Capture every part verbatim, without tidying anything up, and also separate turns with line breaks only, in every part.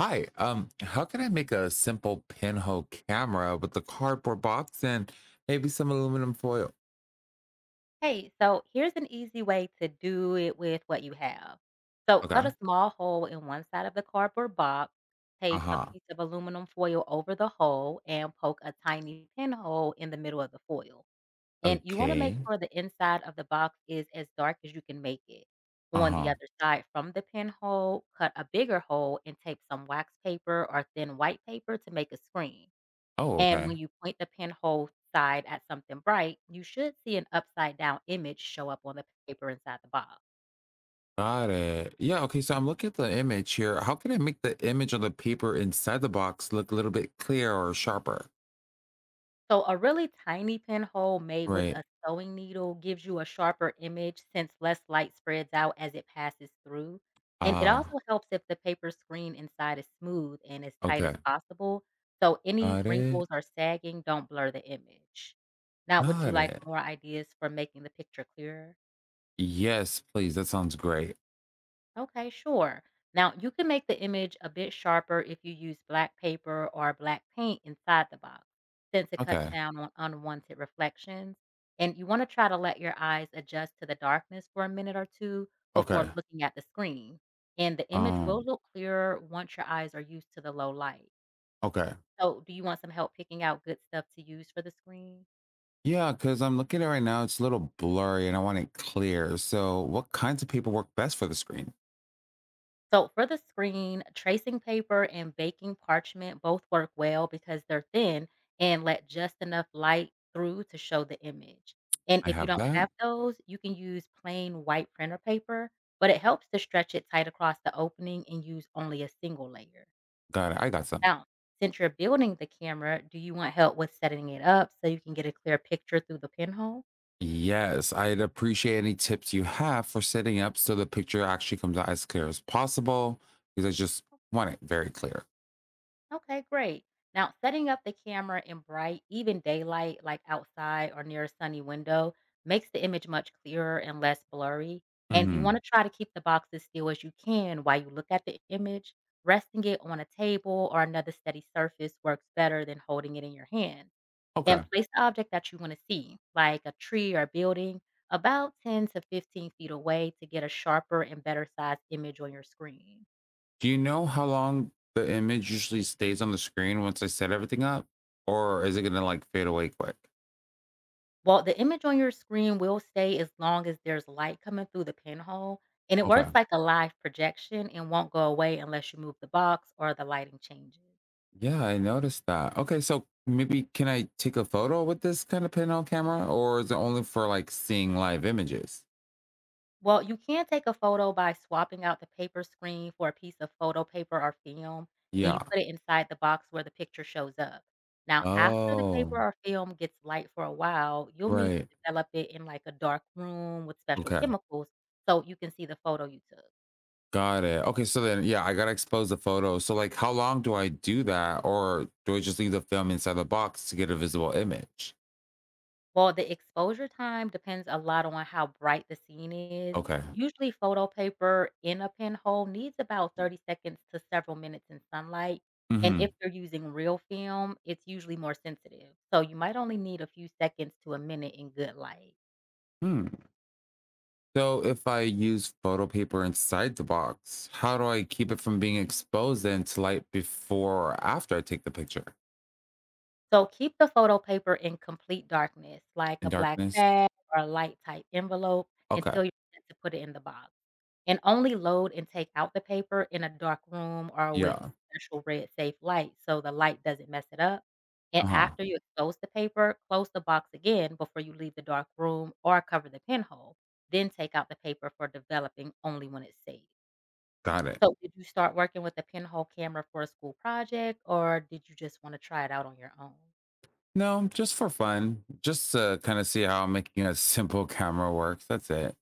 Hi, um, how can I make a simple pinhole camera with a cardboard box and maybe some aluminum foil?
Hey, so here's an easy way to do it with what you have. So, cut a
Okay.
small hole in one side of the cardboard box, tape a
Uh-huh.
piece of aluminum foil over the hole, and poke a tiny pinhole in the middle of the foil. And you want to make
Okay.
sure the inside of the box is as dark as you can make it. On the
Uh-huh.
other side from the pinhole, cut a bigger hole and tape some wax paper or thin white paper to make a screen.
Oh,
And when
okay.
you point the pinhole side at something bright, you should see an upside down image show up on the paper inside the box.
Got it. Yeah, okay, so I'm looking at the image here. How can I make the image on the paper inside the box look a little bit clearer or sharper?
So, a really tiny pinhole made with
Right.
a sewing needle gives you a sharper image since less light spreads out as it passes through. And it
Ah,
also helps if the paper screen inside is smooth and as tight as
okay.
possible. So, any
Got
wrinkles
it.
or sagging don't blur the image. Now, would you
Got
like
it.
more ideas for making the picture clearer?
Yes, please. That sounds great.
Okay, sure. Now, you can make the image a bit sharper if you use black paper or black paint inside the box, since it cuts
Okay.
down on unwanted reflections. And you want to try to let your eyes adjust to the darkness for a minute or two before
Okay.
looking at the screen. And the image will
Um,
look clearer once your eyes are used to the low light.
okay.
So, do you want some help picking out good stuff to use for the screen?
Yeah, because I'm looking at it right now, it's a little blurry and I want it clear. So, what kinds of paper work best for the screen?
So, for the screen, tracing paper and baking parchment both work well because they're thin and let just enough light through to show the image. And
I
if you
have
don't
that.
have those, you can use plain white printer paper, but it helps to stretch it tight across the opening and use only a single layer.
Got it. I got some.
Now, since you're building the camera, do you want help with setting it up so you can get a clear picture through the pinhole?
Yes, I'd appreciate any tips you have for setting up so the picture actually comes out as clear as possible because I just want it very clear.
Okay, great. Now, setting up the camera in bright, even daylight, like outside or near a sunny window, makes the image much clearer and less blurry. And you want to
Hmm.
try to keep the box as still as you can while you look at the image. Resting it on a table or another steady surface works better than holding it in your hand. And
Okay.
place the object that you want to see, like a tree or a building, about ten to fifteen feet away to get a sharper and better sized image on your screen.
Do you know how long the image usually stays on the screen once I set everything up? Or is it going to like fade away quick?
Well, the image on your screen will stay as long as there's light coming through the pinhole, and it
Okay.
works like a live projection and won't go away unless you move the box or the lighting changes.
Yeah, I noticed that. Okay, so maybe can I take a photo with this kind of pin on camera, or is it only for like seeing live images?
Well, you can take a photo by swapping out the paper screen for a piece of photo paper or film, and you
Yeah.
put it inside the box where the picture shows up. Now, after the paper
Oh,
or film gets light for a while, you'll need to
right.
develop it in like a dark room with special
Okay,
chemicals so you can see the photo you took.
got it. Okay, so then yeah, I gotta expose the photo. So like, how long do I do that, or do I just leave the film inside the box to get a visible image?
Well, the exposure time depends a lot on how bright the scene is.
Okay.
Usually, photo paper in a pinhole needs about thirty seconds to several minutes in sunlight. And if
Mm-hmm.
you're using real film, it's usually more sensitive. So you might only need a few seconds to a minute in good light.
Hmm. So if I use photo paper inside the box, how do I keep it from being exposed then to light before or after I take the picture?
So keep the photo paper in complete darkness, like a
In
black
darkness?
bag or a light type envelope,
Okay.
until you're ready to put it in the box. And only load and take out the paper in a dark room or with
Yeah.
special red safe light so the light doesn't mess it up. And
Uh-huh.
after you expose the paper, close the box again before you leave the dark room or cover the pinhole. Then take out the paper for developing only when it's safe.
Got it.
So did you start working with the pinhole camera for a school project or did you just want to try it out on your own?
No, just for fun, just to kind of see how making a simple camera works. That's it.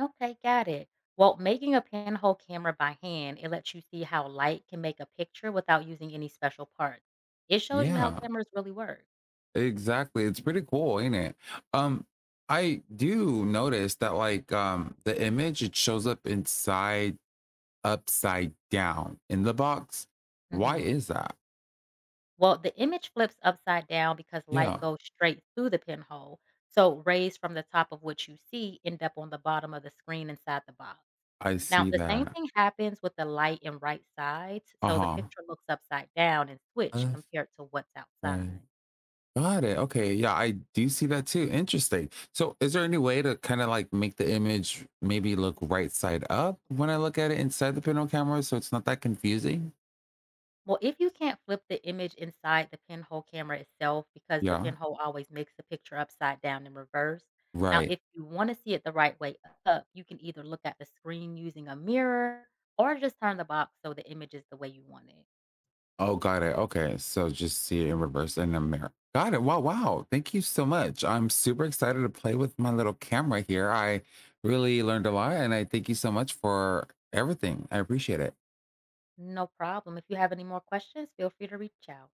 Okay, got it. Well, making a pinhole camera by hand, it lets you see how light can make a picture without using any special parts. It shows you how
Yeah,
cameras really work.
exactly. It's pretty cool, ain't it? Um, I do notice that like um the image it shows up inside upside down in the box. Why
Hmm.
is that?
Well, the image flips upside down because light
Yeah,
goes straight through the pinhole. So rays from the top of what you see end up on the bottom of the screen inside the box.
I
Now,
see
the same
that.
thing happens with the light and right sides. So the
Uh-huh.
picture looks upside down and switched
Left,
compared to what's
right.
outside.
Got it. Okay. Yeah, I do see that too. Interesting. So, is there any way to kind of like make the image maybe look right side up when I look at it inside the pinhole camera so it's not that confusing?
Well, if you can't flip the image inside the pinhole camera itself, because the
Yeah.
pinhole always makes the picture upside down in reverse. Now,
Right.
if you want to see it the right way up, you can either look at the screen using a mirror or just turn the box so the image is the way you want it.
Oh, got it. Okay. So, just see it in reverse in the mirror. Got it. Wow. Wow. Thank you so much. I'm super excited to play with my little camera here. I really learned a lot and I thank you so much for everything. I appreciate it.
No problem. If you have any more questions, feel free to reach out.